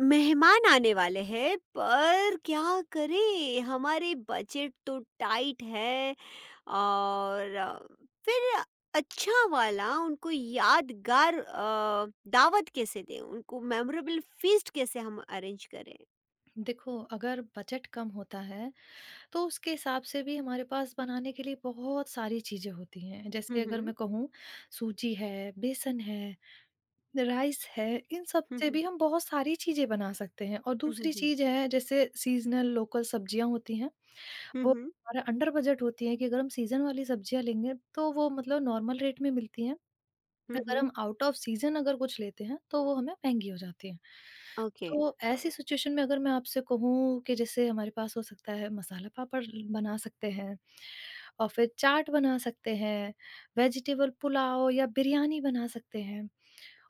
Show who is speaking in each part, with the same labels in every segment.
Speaker 1: मेहमान आने वाले हैं, पर क्या करें? हमारे बजट तो टाइट है। और फिर अच्छा वाला उनको यादगार दावत कैसे दें, उनको मेमोरेबल फीस्ट कैसे हम अरेंज करें?
Speaker 2: देखो, अगर बजट कम होता है, तो उसके हिसाब से भी हमारे पास बनाने के लिए बहुत सारी चीज़ें होती हैं। जैसे अगर
Speaker 1: हम्म,
Speaker 2: मैं कहूँ सूजी है, बेसन है, राइस है, इन सब
Speaker 1: हम्म,
Speaker 2: से
Speaker 1: हम्म,
Speaker 2: भी हम बहुत सारी चीज़ें बना सकते हैं। और
Speaker 1: हम्म,
Speaker 2: दूसरी
Speaker 1: हम्म,
Speaker 2: चीज़ है जैसे सीज़नल लोकल सब्जियाँ होती हैं,
Speaker 1: हम्म,
Speaker 2: वो
Speaker 1: हम्म,
Speaker 2: हमारा अंडर बजट होती हैं कि अगर हम सीज़न वाली सब्जियाँ लेंगे, तो वो मतलब नॉर्मल रेट में मिलती हैं।
Speaker 1: हम्म,
Speaker 2: अगर हम आउट ऑफ सीज़न अगर कुछ लेते हैं, तो वो हमें महँगी हो जाती है।
Speaker 1: ओके,
Speaker 2: तो ऐसी सिचुएशन में अगर मैं आपसे कहूँ कि जैसे हमारे पास हो सकता है मसाला पापड़ बना सकते हैं और फिर चाट बना सकते हैं, वेजिटेबल पुलाव या बिरयानी बना सकते हैं।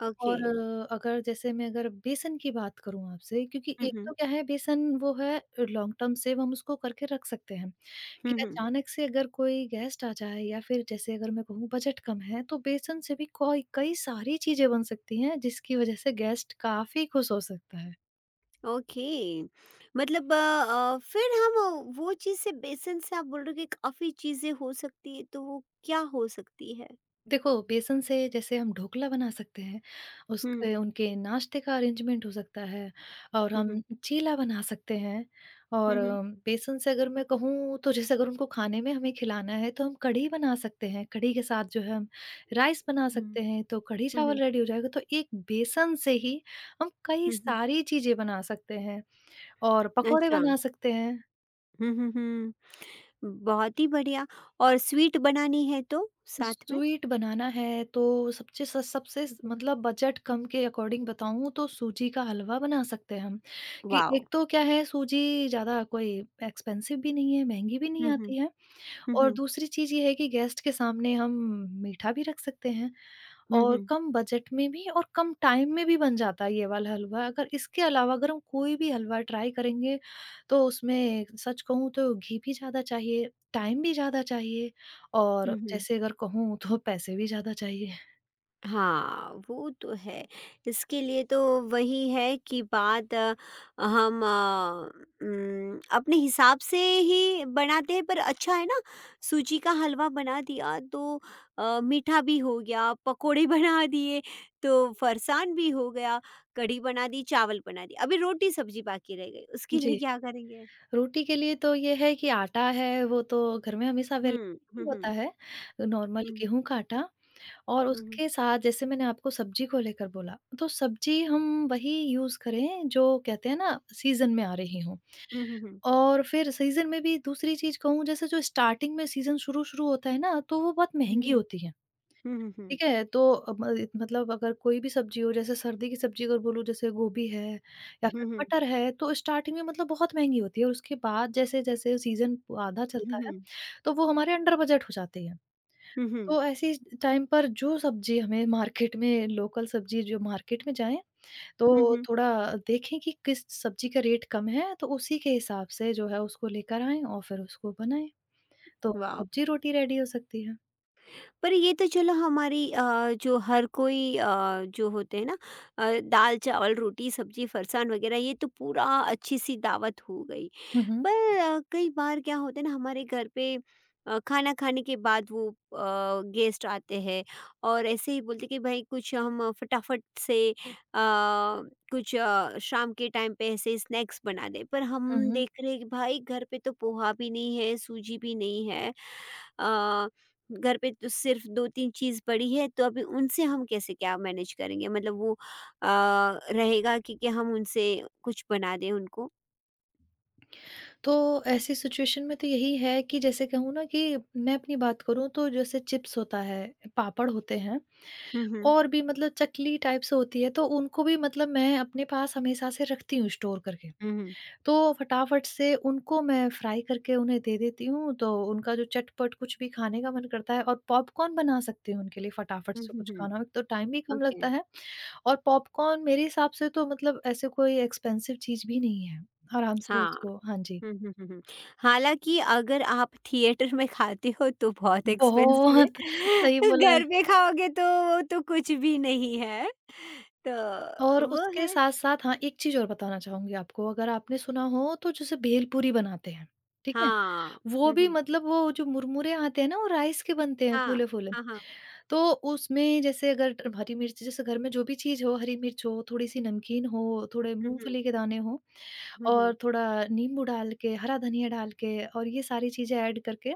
Speaker 1: ओके,
Speaker 2: और अगर जैसे मैं अगर बेसन की बात करूँ आपसे, क्योंकि
Speaker 1: हम्म,
Speaker 2: एक
Speaker 1: हम्म,
Speaker 2: तो क्या है, बेसन वो है लॉन्ग टर्म सेव, हम उसको करके रख सकते हैं। कि
Speaker 1: हम्म,
Speaker 2: अचानक से अगर कोई गेस्ट आ जाए या फिर जैसे अगर मैं कहूँ बजट कम है, तो बेसन से भी कोई कई सारी चीज़ें बन सकती हैं, जिसकी वजह से गेस्ट काफ़ी खुश हो सकता है।
Speaker 1: ओके। मतलब फिर हम वो चीज़ से, बेसन से आप बोल रहे हो कि काफ़ी चीज़ें हो सकती है, तो वो क्या हो सकती है?
Speaker 2: देखो, बेसन से जैसे हम ढोकला बना सकते हैं,
Speaker 1: हुँ,
Speaker 2: उसके उनके नाश्ते का अरेंजमेंट हो सकता है, और
Speaker 1: हुँ, हुँ,
Speaker 2: हम चीला बना सकते हैं
Speaker 1: हुँ,
Speaker 2: और
Speaker 1: हुँ,
Speaker 2: बेसन से अगर मैं कहूँ तो जैसे अगर उनको खाने में हमें खिलाना है, तो हम कढ़ी बना सकते हैं। कढ़ी के साथ जो है हम राइस बना
Speaker 1: हुँ,
Speaker 2: सकते हैं, तो कढ़ी
Speaker 1: हुँ,
Speaker 2: चावल रेडी हो जाएगा। तो एक बेसन से ही हम कई
Speaker 1: हुँ, हुँ,
Speaker 2: सारी चीज़ें बना सकते हैं और पकौड़े
Speaker 1: अच्छा।
Speaker 2: बना सकते हैं।
Speaker 1: हुँ, हुँ, हुँ, बहुत ही बढ़िया। और स्वीट बनानी है तो साथ में?
Speaker 2: स्वीट बनाना है तो मतलब बजट कम के अकॉर्डिंग बताऊं तो सूजी का हलवा बना सकते हैं हम। कि
Speaker 1: वाओ!
Speaker 2: एक तो क्या है, सूजी ज्यादा कोई एक्सपेंसिव भी नहीं है, महंगी भी नहीं
Speaker 1: हुँ, हुँ,
Speaker 2: आती है।
Speaker 1: हुँ,
Speaker 2: और
Speaker 1: हुँ,
Speaker 2: दूसरी चीज़ ये है कि गेस्ट के सामने हम मीठा भी रख सकते हैं
Speaker 1: हुँ,
Speaker 2: और
Speaker 1: हुँ,
Speaker 2: कम बजट में भी और कम टाइम में भी बन जाता है ये वाला हलवा। अगर इसके अलावा अगर हम कोई भी हलवा ट्राई करेंगे, तो उसमें सच कहूँ तो घी भी ज़्यादा चाहिए, टाइम भी ज़्यादा चाहिए
Speaker 1: हुँ,
Speaker 2: और
Speaker 1: हुँ।
Speaker 2: जैसे अगर कहूँ तो पैसे भी ज़्यादा चाहिए।
Speaker 1: हाँ, वो तो है। इसके लिए तो वही है कि बात हम अपने हिसाब से ही बनाते हैं, पर अच्छा है ना। सूजी का हलवा बना दिया तो मीठा भी हो गया, पकोड़े बना दिए तो फरसान भी हो गया, कढ़ी बना दी, चावल बना दिए। अभी रोटी-सब्जी बाकी रह गई, उसके लिए
Speaker 2: जी,
Speaker 1: क्या करेंगे?
Speaker 2: रोटी के लिए तो ये है कि आटा है, वो तो घर में हमेशा
Speaker 1: हुँ,
Speaker 2: अवेलेबल ही
Speaker 1: हुँ,
Speaker 2: होता
Speaker 1: हुँ,
Speaker 2: है, नॉर्मल
Speaker 1: हुँ,
Speaker 2: गेहूँ का आटा। और
Speaker 1: हुँ,
Speaker 2: उसके साथ जैसे मैंने आपको सब्ज़ी को लेकर बोला, तो सब्ज़ी हम वही यूज़ करें जो कहते हैं ना सीज़न में आ रही हों।
Speaker 1: हुँ, हुँ, हुँ,
Speaker 2: और फिर सीज़न में भी दूसरी चीज़ कहूँ, जैसे जो स्टार्टिंग में सीज़न शुरू-शुरू होता है ना, तो वो बहुत
Speaker 1: हुँ,
Speaker 2: महँगी
Speaker 1: हुँ,
Speaker 2: होती है,
Speaker 1: हुँ, हुँ,
Speaker 2: ठीक है? तो अब इत मतलब अगर कोई भी सब्ज़ी हो, जैसे सर्दी की सब्ज़ी अगर बोलूँ जैसे गोभी है या
Speaker 1: हुँ,
Speaker 2: फिर
Speaker 1: हुँ, हुँ,
Speaker 2: मटर है, तो स्टार्टिंग में मतलब बहुत महँगी होती है और उसके बाद जैसे-जैसे सीज़न आधा
Speaker 1: हुँ,
Speaker 2: चलता है,
Speaker 1: हुँ,
Speaker 2: तो वो हमारे अंडर बजट हो जाती है।
Speaker 1: हुँ, हुँ,
Speaker 2: तो ऐसे टाइम पर जो सब्ज़ी हमें मार्केट में, लोकल सब्ज़ी जो मार्केट में जाएँ,
Speaker 1: हुँ,
Speaker 2: तो
Speaker 1: हुँ,
Speaker 2: थोड़ा देखें कि किस सब्ज़ी का रेट कम है, तो उसी के हिसाब से जो है उसको लेकर आएँ और फिर उसको बनाएँ, तो
Speaker 1: वाह!
Speaker 2: सब्ज़ी-रोटी रेडी हो सकती है।
Speaker 1: पर ये तो चलो हमारी जो हर कोई जो होते हैं ना, दाल चावल रोटी सब्जी फरसान वगैरह, ये तो पूरा अच्छी सी दावत हो गई।
Speaker 2: हुँ, हुँ।
Speaker 1: पर कई बार क्या होता है ना, हमारे घर पे खाना खाने के बाद वो गेस्ट आते हैं, और ऐसे ही बोलते कि भाई कुछ हम फटाफट से कुछ शाम के टाइम पे ऐसे स्नैक्स बना दें। पर हम
Speaker 2: हुँ, हुँ।
Speaker 1: देख रहे हैं कि भाई घर पे तो पोहा भी नहीं है, सूजी भी नहीं है, अ, घर पे तो सिर्फ दो तीन चीज़ पड़ी है, तो अभी उनसे हम कैसे क्या मैनेज करेंगे? मतलब वो अ, रहेगा कि हम उनसे कुछ बना दें उनको।
Speaker 2: तो ऐसी सिचुएशन में तो यही है कि जैसे कहूँ ना कि मैं अपनी बात करूँ, तो जैसे चिप्स होता है, पापड़ होते हैं
Speaker 1: हम्म, हम्म,
Speaker 2: और भी मतलब चकली टाइप से होती है, तो उनको भी मतलब मैं अपने पास हमेशा से रखती हूँ स्टोर करके।
Speaker 1: हम्म,
Speaker 2: तो फटाफट से उनको मैं फ्राई करके उन्हें दे देती हूँ, तो उनका जो चटपट कुछ भी खाने का मन करता है, और पॉपकॉर्न बना सकती हूँ उनके लिए फटाफट
Speaker 1: हुँ,
Speaker 2: से,
Speaker 1: हुँ,
Speaker 2: कुछ
Speaker 1: हुँ।
Speaker 2: खाना हो, एक तो टाइम भी कम
Speaker 1: ओके।
Speaker 2: लगता है और पॉपकॉर्न मेरे हिसाब से तो मतलब ऐसे कोई एक्सपेंसिव चीज़ भी नहीं है। आराम से
Speaker 1: हाँ।
Speaker 2: उसको। हाँ जी,
Speaker 1: हुँ, हुँ, हुँ, हुँ। हालाँकि अगर आप थिएटर में खाते हो तो बहुत एक्सपेंसिव है।
Speaker 2: बहुत सही बोला है।
Speaker 1: घर पे खाओगे तो वो तो कुछ भी नहीं है। तो
Speaker 2: और
Speaker 1: वो
Speaker 2: उसके
Speaker 1: है।
Speaker 2: साथ-साथ हाँ, एक चीज़ और बताना चाहूँगी आपको, अगर आपने सुना हो तो जैसे भेलपूरी बनाते हैं, ठीक है?
Speaker 1: हाँ।
Speaker 2: वो
Speaker 1: हुँ,
Speaker 2: भी
Speaker 1: हुँ।
Speaker 2: मतलब वो जो मुरमुरे आते हैं ना, वो राइस के बनते हैं
Speaker 1: हाँ।
Speaker 2: फूले-फूले।
Speaker 1: हाँ, हाँ।
Speaker 2: तो उसमें जैसे अगर ट हरी मिर्च, जैसे घर में जो भी चीज़ हो, हरी मिर्च हो, थोड़ी-सी नमकीन हो, थोड़े
Speaker 1: हुँ, हुँ।
Speaker 2: मूँगफली के दाने हों
Speaker 1: हुँ,
Speaker 2: और
Speaker 1: हुँ।
Speaker 2: थोड़ा नींबू डाल के, हरा धनिया डाल के और ये सारी चीज़ें ऐड करके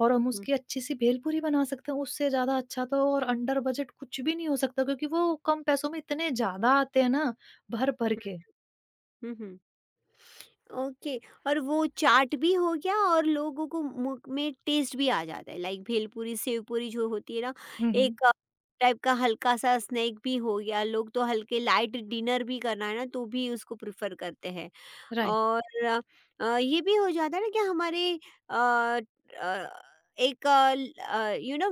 Speaker 2: और हम
Speaker 1: हुँ,
Speaker 2: उसकी अच्छी-सी भेलपूरी बना सकते हैं। उससे ज़्यादा अच्छा तो और अंडर बजट कुछ भी नहीं हो सकता, क्योंकि वो कम पैसों में इतने ज़्यादा आते हैं ना, भर-भर के।
Speaker 1: हुँ, हुँ, हुँ। ओके, और वो चाट भी हो गया, और लोगों को मुंह में टेस्ट भी आ जाता है, लाइक भेलपूरी सेवपूरी जो होती है ना,
Speaker 2: हुँ, हुँ।
Speaker 1: एक टाइप का हल्का सा स्नैक भी हो गया। लोग तो हल्के लाइट डिनर भी करना है ना, तो भी उसको प्रिफर करते हैं।
Speaker 2: राइट,
Speaker 1: और ये भी हो जाता है ना कि हमारे अ, अ, एक यू नो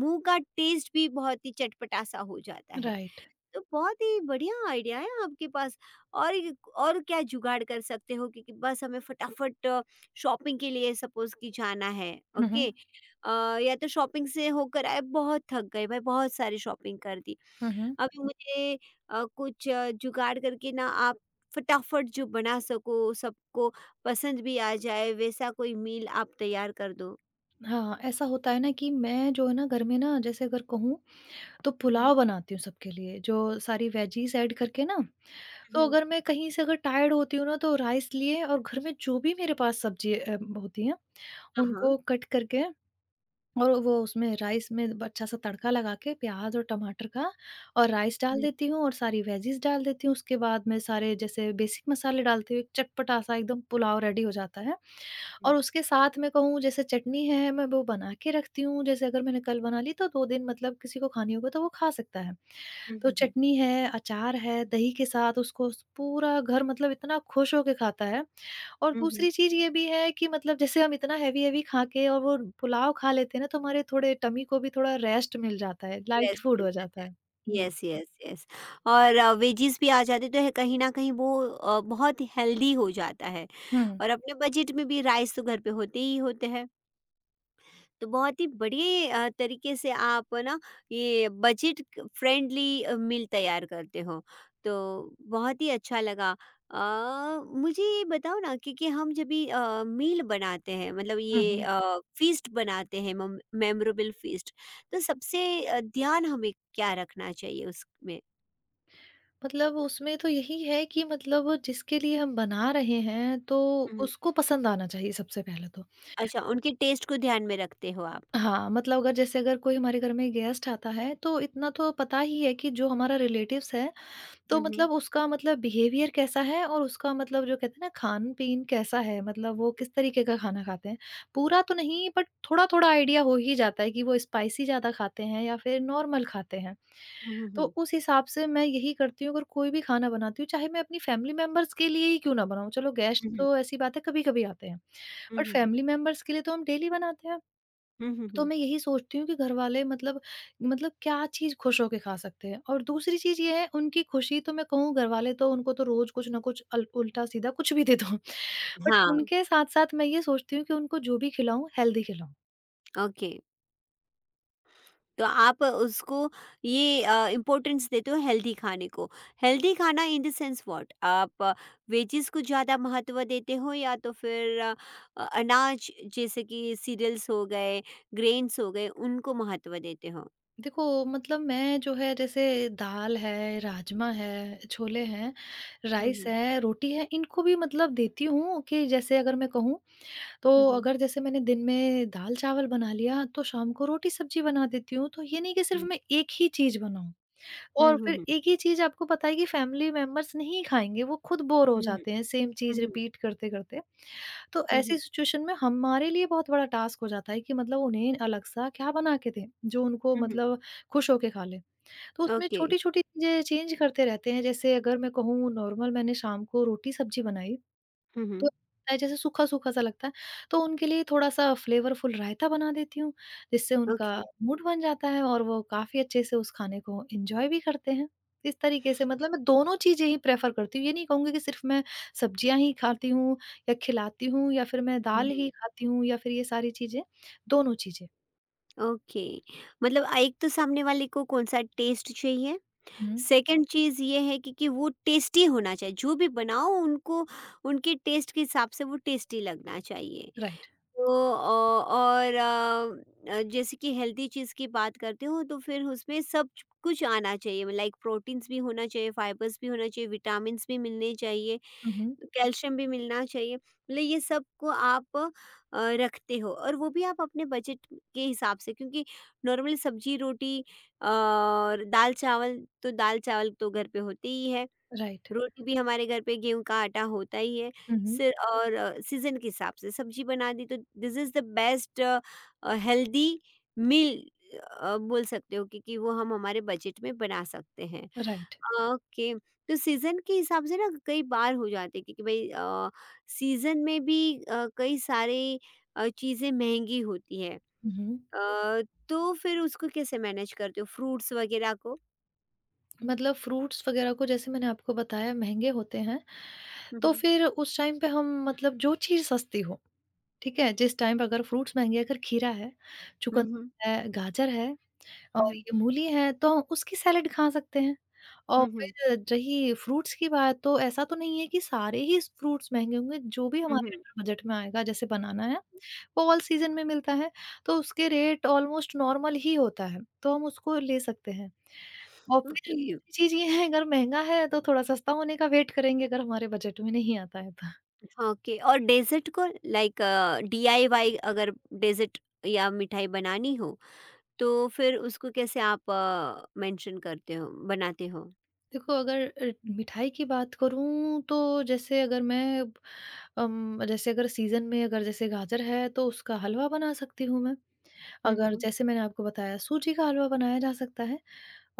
Speaker 1: मुंह का टेस्ट भी बहुत ही चटपटा सा हो जाता है।
Speaker 2: राइट।
Speaker 1: तो बहुत ही बढ़िया आइडिया है आपके पास। और और क्या जुगाड़ कर सकते हो? क्योंकि बस हमें फटाफट शॉपिंग के लिए सपोज कि जाना है।
Speaker 2: हुँ,
Speaker 1: ओके।
Speaker 2: हुँ।
Speaker 1: अ, या तो शॉपिंग से होकर आए, बहुत थक गए भाई, बहुत सारी शॉपिंग कर दी।
Speaker 2: हुँ, हुँ।
Speaker 1: अभी मुझे कुछ जुगाड़ करके ना आप फटाफट जो बना सको, सबको पसंद भी आ जाए वैसा कोई मील आप तैयार कर दो।
Speaker 2: हाँ, ऐसा होता है ना कि मैं जो है ना घर में ना जैसे अगर कहूँ तो
Speaker 1: हम्म,
Speaker 2: पुलाव बनाती हूँ सबके लिए, जो सारी वेजीज़ ऐड करके ना। तो
Speaker 1: हम्म,
Speaker 2: अगर मैं कहीं से अगर टायर्ड होती हूँ ना, तो राइस लिए, और घर में जो भी मेरे पास सब्ज़ी होती हैं,
Speaker 1: हाँ, हाँ,
Speaker 2: उनको कट करके और वो उसमें राइस में अच्छा-सा तड़का लगा के प्याज़ और टमाटर का, और राइस डाल
Speaker 1: हम्म,
Speaker 2: देती हूँ और सारी वेजीज़ डाल देती हूँ। उसके बाद में सारे जैसे बेसिक मसाले डालती हूँ, एक चटपटा-सा एकदम पुलाव रेडी हो जाता है।
Speaker 1: हम्म,
Speaker 2: और उसके साथ मैं कहूँ जैसे चटनी है, मैं वो बना के रखती हूँ, जैसे अगर मैंने कल बना ली तो 2 दिन मतलब किसी को खानी होगी तो वो खा सकता है।
Speaker 1: हम्म,
Speaker 2: तो
Speaker 1: हम्म,
Speaker 2: चटनी है, अचार है, दही के साथ उसको स पूरा घर मतलब इतना खुश होके खाता है। और
Speaker 1: हम्म, हम्म।
Speaker 2: दूसरी चीज़ ये भी है कि मतलब जैसे हम इतना हेवी-हेवी खा के और वो पुलाव खा लेते हैं ना, तो हमारे थोड़े टमी को भी थोड़ा रेस्ट मिल जाता है, लाइट फूड
Speaker 1: रेस्ट।
Speaker 2: हो जाता है। जी।
Speaker 1: Yes, yes, yes. और वेजिज़ भी आ जाते तो है कहीं न कहीं, वो बहुत हेल्दी हो जाता है।
Speaker 2: हुँ।
Speaker 1: और अपने बजट में भी, राइस तो घर पे होते ही होते हैं। तो बहुत ही बढ़िए तरीके से आप ना, ये बजट क फ्रेंडली मील तैयार करते हो, तो बहुत ही अच्छा लगा। मुझे ये बताओ ना, क्योंकि हम जब भी मील बनाते हैं, मतलब
Speaker 2: हुँ,
Speaker 1: ये
Speaker 2: हुँ।
Speaker 1: फ़ीस्ट बनाते हैं, मम मेमोरेबल फ़ीस्ट, तो सबसे ध्यान हमें क्या रखना चाहिए उसमें?
Speaker 2: मतलब उसमें तो यही है कि मतलब जिसके लिए हम बना रहे हैं, तो
Speaker 1: हुँ।
Speaker 2: उसको पसंद आना चाहिए सबसे पहले तो।
Speaker 1: अच्छा, उनके टेस्ट को ध्यान में रखते हो आप।
Speaker 2: हाँ, मतलब अगर जैसे अगर कोई हमारे घर में गेस्ट आता है, तो इतना तो पता ही है कि जो हमारा रिलेटिव्स है,
Speaker 1: हुँ,
Speaker 2: तो
Speaker 1: हुँ।
Speaker 2: मतलब उसका मतलब बिहेवियर कैसा है और उसका मतलब जो कहते हैं ना खान-पीन कैसा है, मतलब वो किस तरीके का खाना खाते हैं। पूरा तो नहीं, बट थोड़ा-थोड़ा आइडिया हो ही जाता है कि वो स्पाइसी ज़्यादा खाते हैं या फिर नॉर्मल खाते हैं।
Speaker 1: हुँ, हुँ,
Speaker 2: तो
Speaker 1: हुँ।
Speaker 2: उस हिसाब से मैं यही करती हूँ, अगर कोई भी खाना बनाती हूँ, चाहे मैं अपनी फैमिली मेंबर्स के लिए ही क्यों ना बनाऊँ। चलो गेस्ट
Speaker 1: हुँ, हुँ।
Speaker 2: तो ऐसी बात है कभी-कभी आते हैं,
Speaker 1: हुँ,
Speaker 2: बट
Speaker 1: हुँ, हुँ।
Speaker 2: फैमिली मेंबर्स के लिए तो हम डेली बनाते हैं।
Speaker 1: हुँ, हुँ,
Speaker 2: तो
Speaker 1: हुँ।
Speaker 2: मैं यही सोचती हूँ कि घरवाले मतलब मतलब क्या चीज़ खुश होके खा सकते हैं, और दूसरी चीज़ ये है उनकी खुशी, तो मैं कहूँ घरवाले तो उनको तो रोज़ कुछ ना कुछ अल उल्टा-सीधा कुछ भी दे दो। बट
Speaker 1: हाँ,
Speaker 2: उनके साथ-साथ मैं ये सोचती हूँ कि उनको जो भी खिलाऊँ हेल्दी खिलाऊँ।
Speaker 1: ओके। तो आप उसको ये इम्पोर्टेंस देते हो हेल्दी खाने को। हेल्दी खाना इन द सेंस व्हाट? आप वेजिज़ को ज़्यादा महत्व देते हो, या तो फिर अनाज जैसे कि सीरियल्स हो गए, ग्रेन्स हो गए, उनको महत्व देते हो?
Speaker 2: देखो मतलब मैं जो है, जैसे दाल है, राजमा है, छोले हैं,
Speaker 1: हुँ,
Speaker 2: राइस
Speaker 1: हुँ।
Speaker 2: है, रोटी है, इनको भी मतलब देती हूँ कि जैसे अगर मैं कहूँ तो
Speaker 1: हुँ, हुँ।
Speaker 2: अगर जैसे मैंने दिन में दाल-चावल बना लिया, तो शाम को रोटी-सब्ज़ी बना देती हूँ, तो ये नहीं कि सिर्फ़
Speaker 1: हुँ।
Speaker 2: मैं एक ही चीज़ बनाऊँ
Speaker 1: हुँ,
Speaker 2: और
Speaker 1: हुँ,
Speaker 2: फिर
Speaker 1: हुँ।
Speaker 2: एक ही चीज़। आपको पता है कि फैमिली मेंबर्स नहीं खाएँगे, वो खुद बोर हो
Speaker 1: हुँ, हुँ।
Speaker 2: जाते हैं सेम
Speaker 1: हुँ,
Speaker 2: चीज़
Speaker 1: हुँ।
Speaker 2: रिपीट करते-करते। तो
Speaker 1: हुँ, हुँ।
Speaker 2: ऐसी सिचुएशन में हमारे लिए बहुत बड़ा टास्क हो जाता है कि मतलब उन्हें अलग-सा क्या बना के दें, जो उनको
Speaker 1: हुँ, हुँ।
Speaker 2: मतलब खुश होके खा लें। तो उसमें
Speaker 1: ओके।
Speaker 2: छोटी-छोटी चीज़ें चेंज करते रहते हैं, जैसे अगर मैं कहूँ नॉर्मल मैंने शाम को रोटी-सब्ज़ी बनाई,
Speaker 1: हुँ,
Speaker 2: तो
Speaker 1: हुँ।
Speaker 2: लगता है जैसे सूखा-सूखा सा लगता है, तो उनके लिए थोड़ा-सा फ्लेवरफुल रायता बना देती हूँ, जिससे उनका
Speaker 1: ओके।
Speaker 2: मूड बन जाता है और वो काफ़ी अच्छे से उस खाने को एन्जॉय भी करते हैं। इस तरीके से मतलब मैं दोनों चीज़ें ही प्रेफ़र करती हूँ, ये नहीं कहूँगी कि सिर्फ़ मैं सब्जियाँ ही खाती हूँ या खिलाती हूँ, या फिर मैं दाल
Speaker 1: हुँ।
Speaker 2: ही खाती हूँ या फिर ये सारी चीज़ें, दोनों चीज़ें।
Speaker 1: ओके। मतलब एक तो सामने वाले को कौन सा टेस्ट चाहिए,
Speaker 2: हुँ,
Speaker 1: सेकंड चीज़ ये है कि वो टेस्टी होना चाहिए, जो भी बनाओ उनको उनके टेस्ट के हिसाब से वो टेस्टी लगना चाहिए।
Speaker 2: राइट।
Speaker 1: तो और जैसे कि हेल्दी चीज़ की बात करते हो, तो फिर उसमें सब कुछ आना चाहिए, लाइक प्रोटीन्स भी होना चाहिए, फाइबर्स भी होना चाहिए, विटामिन्स भी मिलने चाहिए,
Speaker 2: हुँ, हुँ।
Speaker 1: कैल्शियम भी मिलना चाहिए। मतलब ये सब को आप रखते हो, और वो भी आप अपने बजट के हिसाब से, क्योंकि नॉर्मल सब्जी रोटी और दाल चावल, तो दाल चावल तो घर पे होते ही है,
Speaker 2: राइट।
Speaker 1: रोटी भी हमारे घर पे गेहूं का आटा होता ही है।
Speaker 2: हुँ, हुँ।
Speaker 1: सिर और सीजन के हिसाब से सब्जी बना दी, तो this is the best healthy meal बोल सकते हो, क्योंकि वो हम हमारे बजट में बना सकते हैं।
Speaker 2: राइट।
Speaker 1: ओके, तो सीज़न के हिसाब से ना कई बार हो जाते हैं, क्योंकि भई सीज़न में भी कई सारी चीज़ें महँगी होती हैं।
Speaker 2: हुँ, हुँ।
Speaker 1: अ, तो फिर उसको कैसे मैनेज करते हो फ्रूट्स वग़ैरह को?
Speaker 2: मतलब फ्रूट्स वगैरह को जैसे मैंने आपको बताया महँगे होते हैं,
Speaker 1: हुँ,
Speaker 2: तो
Speaker 1: हुँ।
Speaker 2: फिर उस टाइम पे हम मतलब जो चीज़ सस्ती हो, ठीक है? जिस टाइम पे अगर फ्रूट्स महँगे, अगर खीरा है,
Speaker 1: हुँ, हुँ।
Speaker 2: चुकंदर है, गाजर है
Speaker 1: हुँ,
Speaker 2: और
Speaker 1: हुँ।
Speaker 2: ये मूली है, तो हम उसकी सैलेड खा सकते हैं। और
Speaker 1: हुँ, हुँ।
Speaker 2: फिर रही फ्रूट्स की बात, तो ऐसा तो नहीं है कि सारे ही फ्रूट्स महँगे होंगे। जो भी
Speaker 1: हुँ,
Speaker 2: हमारे
Speaker 1: हुँ।
Speaker 2: अंडर बजट में आएगा, जैसे बनाना है, वो ऑल सीज़न में मिलता है, तो उसके रेट ऑलमोस्ट नॉर्मल ही होता है, तो हम उसको ले सकते हैं। और फिर
Speaker 1: ओके,
Speaker 2: चीज़ ये है, अगर महँगा है तो थोड़ा सस्ता होने का वेट करेंगे अगर हमारे बजट में नहीं आता है तो।
Speaker 1: ओके, और डेज़र्ट को, लाइक डीआईवाई, अगर डेज़र्ट या मिठाई बनानी हो, तो फिर उसको कैसे आप मेंशन करते हो, बनाते हो?
Speaker 2: देखो अगर मिठाई की बात करूँ, तो जैसे अगर मैं जैसे अगर सीज़न में अगर जैसे गाजर है, तो उसका हलवा बना सकती हूँ मैं।
Speaker 1: हुँ,
Speaker 2: अगर
Speaker 1: हुँ।
Speaker 2: जैसे मैंने आपको बताया सूजी का हलवा बनाया जा सकता है,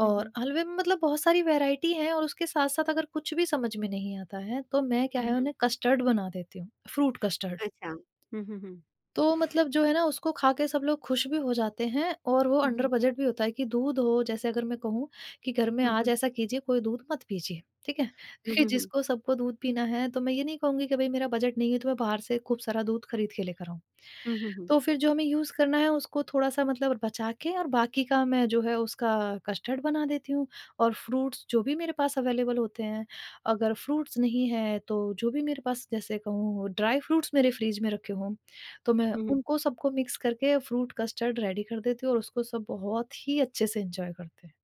Speaker 1: हुँ,
Speaker 2: और
Speaker 1: हुँ।
Speaker 2: हलवे में मतलब बहुत सारी वैराइटी है। और उसके साथ-साथ अगर कुछ भी समझ में नहीं आता है, तो मैं क्या
Speaker 1: हुँ,
Speaker 2: है
Speaker 1: हुँ।
Speaker 2: उन्हें कस्टर्ड बना देती हूँ, फ्रूट कस्टर्ड।
Speaker 1: अच्छा। हुँ, हुँ, हुँ।
Speaker 2: तो मतलब जो है ना उसको खा के सब लोग खुश भी हो जाते हैं और वो
Speaker 1: हुँ,
Speaker 2: अंडर
Speaker 1: हुँ।
Speaker 2: बजट भी होता है। कि दूध हो, जैसे अगर मैं कहूँ कि घर में
Speaker 1: हुँ,
Speaker 2: आज
Speaker 1: हुँ।
Speaker 2: ऐसा कीजिए कोई दूध मत पीजिए, ठीक है?
Speaker 1: हुँ,
Speaker 2: क्योंकि
Speaker 1: हुँ, हुँ।
Speaker 2: जिसको सबको दूध पीना है, तो मैं ये नहीं कहूँगी कि भई मेरा बजट नहीं है तो मैं बाहर से खूब सारा दूध खरीद के लेकर आऊँ।
Speaker 1: हुँ, हुँ, हुँ।
Speaker 2: तो फिर जो हमें यूज़ करना है उसको थोड़ा-सा मतलब बचा के, और बाकी का मैं जो है उसका कस्टर्ड बना देती हूँ, और फ्रूट्स जो भी मेरे पास अवेलेबल होते हैं। अगर फ्रूट्स नहीं है, तो जो भी मेरे पास जैसे कहूँ ड्राई फ्रूट्स मेरे फ्रिज में रखे हों, तो मैं
Speaker 1: हुँ, हुँ।
Speaker 2: उनको सबको मिक्स करके फ्रूट कस्टर्ड रेडी कर देती हूँ, और उसको सब बहुत ही अच्छे से एंजॉय करते हैं।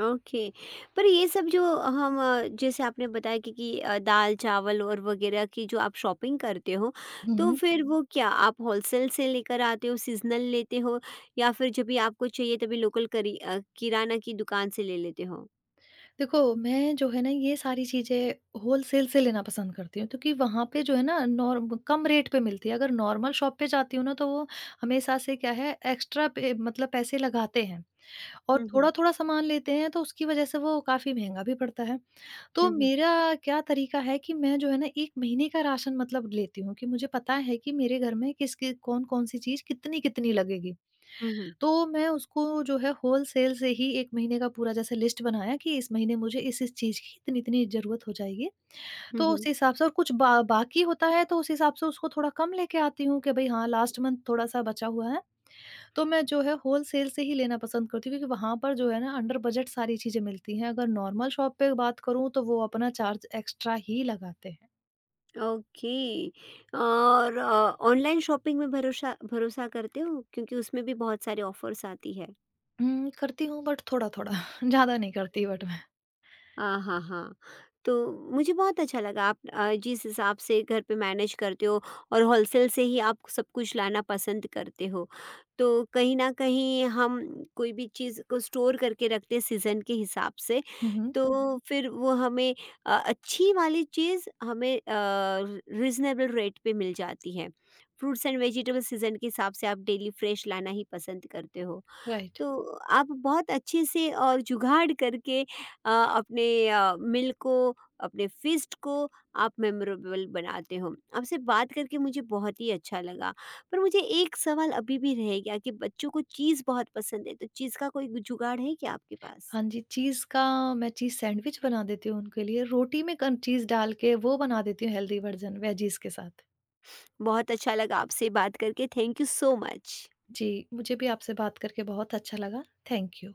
Speaker 1: ओके। पर ये सब जो हम जैसे आपने बताया कि दाल, चावल और वग़ैरह की जो आप शॉपिंग करते हो, तो
Speaker 2: हुँ।
Speaker 1: फिर वो क्या आप होलसेल से लेकर आते हो, सीज़नल लेते हो, या फिर जब भी आपको चाहिए तभी लोकल करी किराना की दुकान से ले लेते हो?
Speaker 2: देखो, मैं जो है ना ये सारी चीज़ें होलसेल से लेना पसंद करती हूँ, क्योंकि वहाँ पे जो है ना नॉर्म कम रेट पे मिलती है। अगर नॉर्मल शॉप पे जाती हूँ ना, तो वो हमेशा से क्या है एक्स्ट्रा पे मतलब पैसे लगाते हैं, और
Speaker 1: हुँ, हुँ।
Speaker 2: थोड़ा-थोड़ा सामान लेते हैं, तो उसकी वज़ह से वो काफ़ी महँगा भी पड़ता है। तो
Speaker 1: हुँ, हुँ।
Speaker 2: मेरा क्या तरीका है कि मैं जो है ना 1 महीने का राशन मतलब लेती हूँ, कि मुझे पता है कि मेरे घर में किस कि कौन-कौन सी चीज़ कितनी-कितनी लगेगी।
Speaker 1: हुँ, हुँ।
Speaker 2: तो मैं उसको जो है होलसेल से ही 1 महीने का पूरा जैसे लिस्ट बनाया कि इस महीने मुझे इस-इस चीज़ की इतनी-इतनी ज़रूरत हो जाएगी।
Speaker 1: हुँ,
Speaker 2: तो उस
Speaker 1: हुँ।
Speaker 2: हिसाब से, और कुछ बा बाकी होता है तो उस हिसाब से उसको थोड़ा कम लेके आती हूँ कि भई हाँ, लास्ट मंथ थोड़ा-सा बचा हुआ है। तो मैं जो है होलसेल से ही लेना पसंद करती हूँ, क्योंकि वहाँ पर जो है ना अंडर बजट सारी चीज़ें मिलती हैं। अगर नॉर्मल शॉप पे बात करूँ, तो वो अपना चार्ज एक्स्ट्रा ही लगाते हैं।
Speaker 1: ओके। और ऑनलाइन शॉपिंग में भरोसा भरोसा करते हो? क्योंकि उसमें भी बहुत सारे ऑफ़र्स आती है।
Speaker 2: हुँ, करती हूँ, बट थोड़ा-थोड़ा, ज़्यादा नहीं करती बट मैं।
Speaker 1: हाँ, हाँ, हाँ। तो मुझे बहुत अच्छा लगा आप जिस हिसाब से घर पे मैनेज करते हो, और होलसेल से ही आप सब कुछ लाना पसंद करते हो। तो कहीं न कहीं हम कोई भी चीज़ को स्टोर करके रखते हैं सीज़न के हिसाब से,
Speaker 2: हुँ, हुँ।
Speaker 1: तो फिर वो हमें अच्छी वाली चीज़ हमें रीज़नेबल रेट पे मिल जाती है। फ्रूट्स एंड वेजिटेबल सीज़न के हिसाब से आप डेली फ्रेश लाना ही पसंद करते हो।
Speaker 2: राइट।
Speaker 1: तो आप बहुत अच्छे से और जुगाड़ करके अपने मील को, अपने फ़ीस्ट को आप मेमोरेबल बनाते हो। आपसे बात करके मुझे बहुत ही अच्छा लगा। पर मुझे एक सवाल अभी भी रह गया कि बच्चों को चीज़ बहुत पसंद है, तो चीज़ का कोई जुगाड़ है क्या आपके पास?
Speaker 2: हाँ जी, चीज़ का मैं चीज़ सैंडविच बना देती हूँ उनके लिए। रोटी में कन चीज़ डाल के वो बना देती हूँ, हेल्दी वर्ज़न वेजीज़ के साथ।
Speaker 1: बहुत अच्छा लगा आपसे बात करके। Thank you so much.
Speaker 2: जी, मुझे भी आपसे बात करके बहुत अच्छा लगा। Thank you.